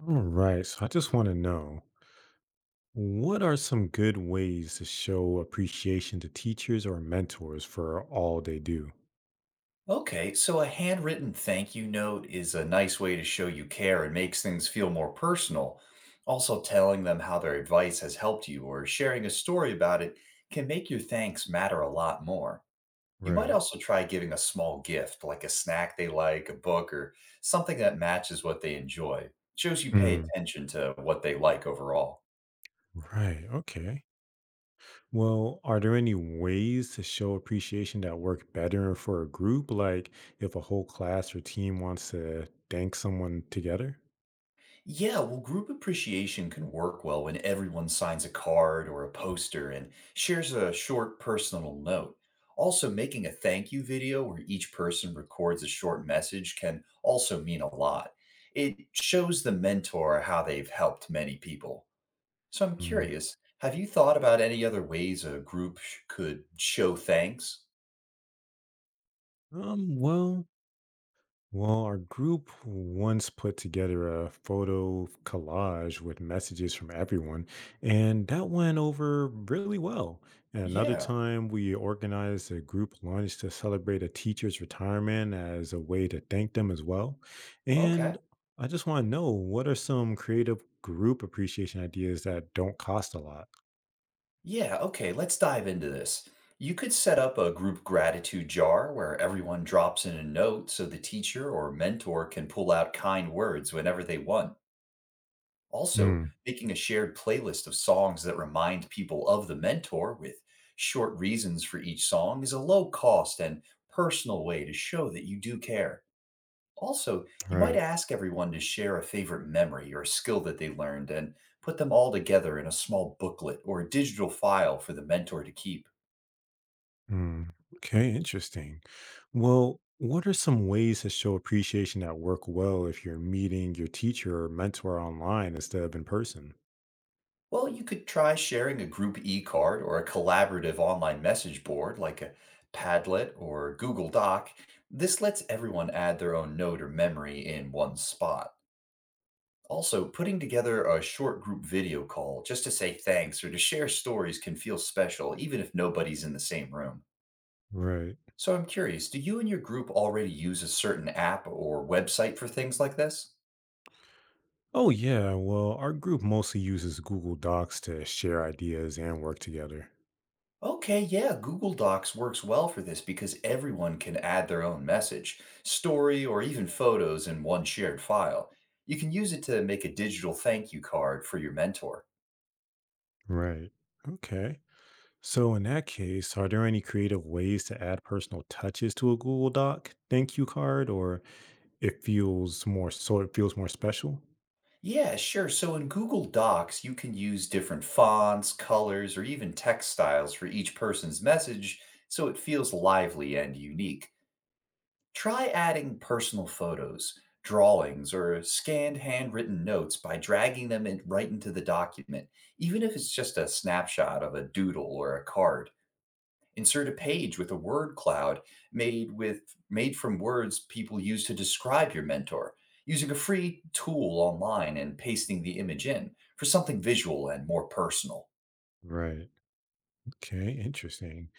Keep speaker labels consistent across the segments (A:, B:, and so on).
A: All right. So I just want to know what are some good ways to show appreciation to teachers or mentors for all they do?
B: Okay, so a handwritten thank you note is a nice way to show you care and makes things feel more personal. Also, telling them how their advice has helped you or sharing a story about it can make your thanks matter a lot more. You might
A: Right.
B: also try giving a small gift, like a snack they like, a book, or something that matches what they enjoy. Shows you pay
A: Mm,
B: attention to what they like overall.
A: right. Okay. Well, are there any ways to show appreciation that work better for a group? Like if a whole class or team wants to thank someone together?
B: Yeah, well, group appreciation can work well when everyone signs a card or a poster and shares a short personal note. Also, making a thank you video where each person records a short message can also mean a lot. It shows the mentor how they've helped many people. So, I'm
A: Mm.
B: curious, have you thought about any other ways a group could show thanks?
A: Um, well, Well, our group once put together a photo collage with messages from everyone, and that went over really well. And another
B: Yeah,
A: time, we organized a group lunch to celebrate a teacher's retirement as a way to thank them as well.
B: okay.
A: And I just want to know what are some creative group appreciation ideas that don't cost a lot?
B: Yeah, okay, let's dive into this. You could set up a group gratitude jar where everyone drops in a note so the teacher or mentor can pull out kind words whenever they want. Also,
A: Mm,
B: making a shared playlist of songs that remind people of the mentor with short reasons for each song is a low cost and personal way to show that you do care. Also,
A: all
B: you might
A: right.
B: ask everyone to share a favorite memory or a skill that they learned and put them all together in a small booklet or a digital file for the mentor to keep.
A: Mm, okay, interesting. Well, what are some ways to show appreciation that work well if you're meeting your teacher or mentor online instead of in person?
B: Well, you could try sharing a group e card or a collaborative online message board like a Padlet or Google Doc. This lets everyone add their own note or memory in one spot. Also, putting together a short group video call just to say thanks or to share stories can feel special, even if nobody's in the same room.
A: Right.
B: So I'm curious, do you and your group already use a certain app or website for things like this?
A: Oh, yeah. Well, our group mostly uses Google Docs to share ideas and work together.
B: Okay, yeah, Google Docs works well for this because everyone can add their own message, story, or even photos in one shared file. You can use it to make a digital thank you card for your mentor.
A: Right. Okay. So, in that case, are there any creative ways to add personal touches to a Google Doc thank you card, or it feels more so it feels more special?
B: Yeah, sure. So in Google Docs, you can use different fonts, colors, or even text styles for each person's message so it feels lively and unique. Try adding personal photos, drawings, or scanned handwritten notes by dragging them in right into the document, even if it's just a snapshot of a doodle or a card. Insert a page with a word cloud made with made from words people use to describe your mentor, using a free tool online and pasting the image in for something visual and more personal.
A: Right. Okay, interesting.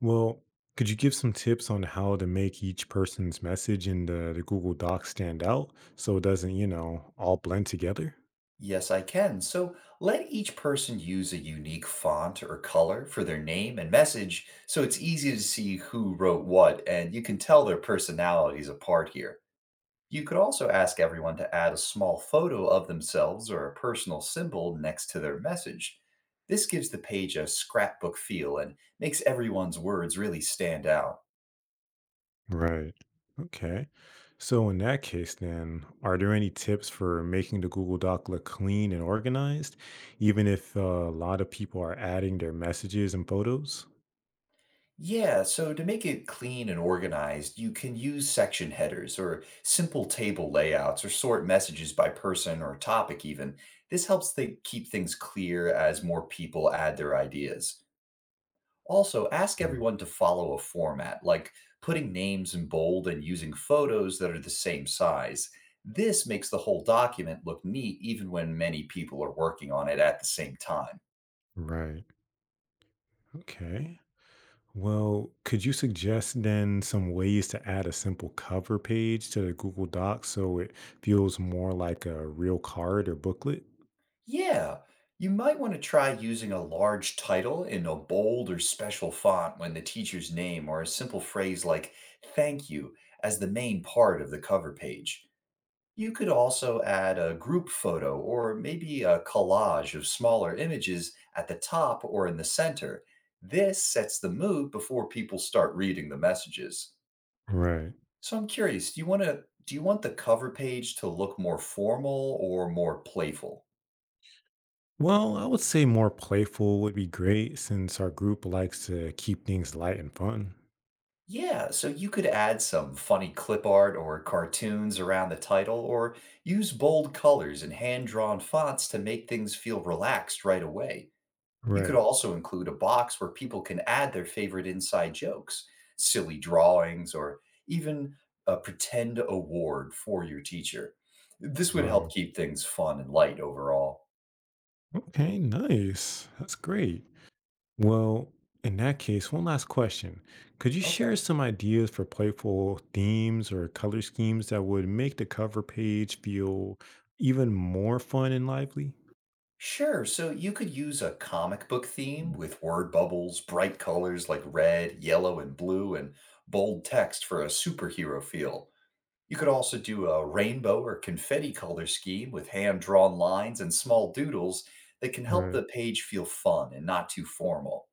A: Well, could you give some tips on how to make each person's message in the Google Doc stand out so it doesn't, all blend together?
B: Yes, I can. So let each person use a unique font or color for their name and message so it's easy to see who wrote what and you can tell their personalities apart here. You could also ask everyone to add a small photo of themselves or a personal symbol next to their message. This gives the page a scrapbook feel and makes everyone's words really stand out.
A: Right. Okay. So, in that case, then, are there any tips for making the Google Doc look clean and organized, even if a lot of people are adding their messages and photos?
B: Yeah, so to make it clean and organized, you can use section headers or simple table layouts or sort messages by person or topic, even. This helps they keep things clear as more people add their ideas. Also, ask
A: Mm,
B: everyone to follow a format, like putting names in bold and using photos that are the same size. This makes the whole document look neat even when many people are working on it at the same time.
A: Right. Okay. Well, could you suggest then some ways to add a simple cover page to the Google Docs so it feels more like a real card or booklet?
B: Yeah, you might want to try using a large title in a bold or special font when the teacher's name or a simple phrase like thank you as the main part of the cover page. You could also add a group photo or maybe a collage of smaller images at the top or in the center. This sets the mood before people start reading the messages.
A: Right.
B: So I'm curious, do you want the cover page to look more formal or more playful?
A: Well, I would say more playful would be great since our group likes to keep things light and fun.
B: Yeah, so you could add some funny clip art or cartoons around the title, or use bold colors and hand drawn fonts to make things feel relaxed right away. You could
A: Right.
B: also include a box where people can add their favorite inside jokes, silly drawings, or even a pretend award for your teacher. This would help
A: Wow.
B: keep things fun and light overall.
A: Okay, nice. That's great. Well, in that case, one last question. Could you share
B: Okay.
A: some ideas for playful themes or color schemes that would make the cover page feel even more fun and lively?
B: Sure. So you could use a comic book theme with word bubbles, bright colors like red, yellow, and blue, and bold text for a superhero feel. You could also do a rainbow or confetti color scheme with hand drawn lines and small doodles that can help
A: Right,
B: the page feel fun and not too formal.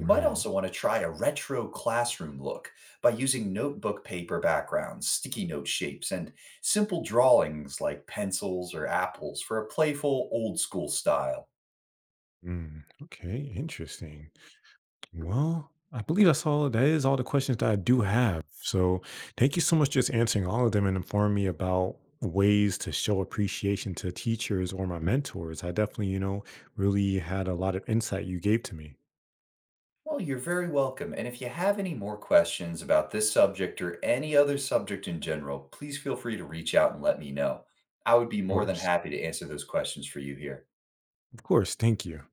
B: You might also want to try a retro classroom look by using notebook paper backgrounds, sticky note shapes, and simple drawings like pencils or apples for a playful old school style.
A: Okay, interesting. Well, I believe that's all. That is all the questions that I do have. So, thank you so much just answering all of them and informing me about ways to show appreciation to teachers or my mentors. I definitely, really had a lot of insight you gave to me.
B: Well, you're very welcome. And if you have any more questions about this subject or any other subject in general, please feel free to reach out and let me know. I would be
A: Of
B: more than
A: course.
B: happy to answer those questions for you here.
A: Of course, thank you.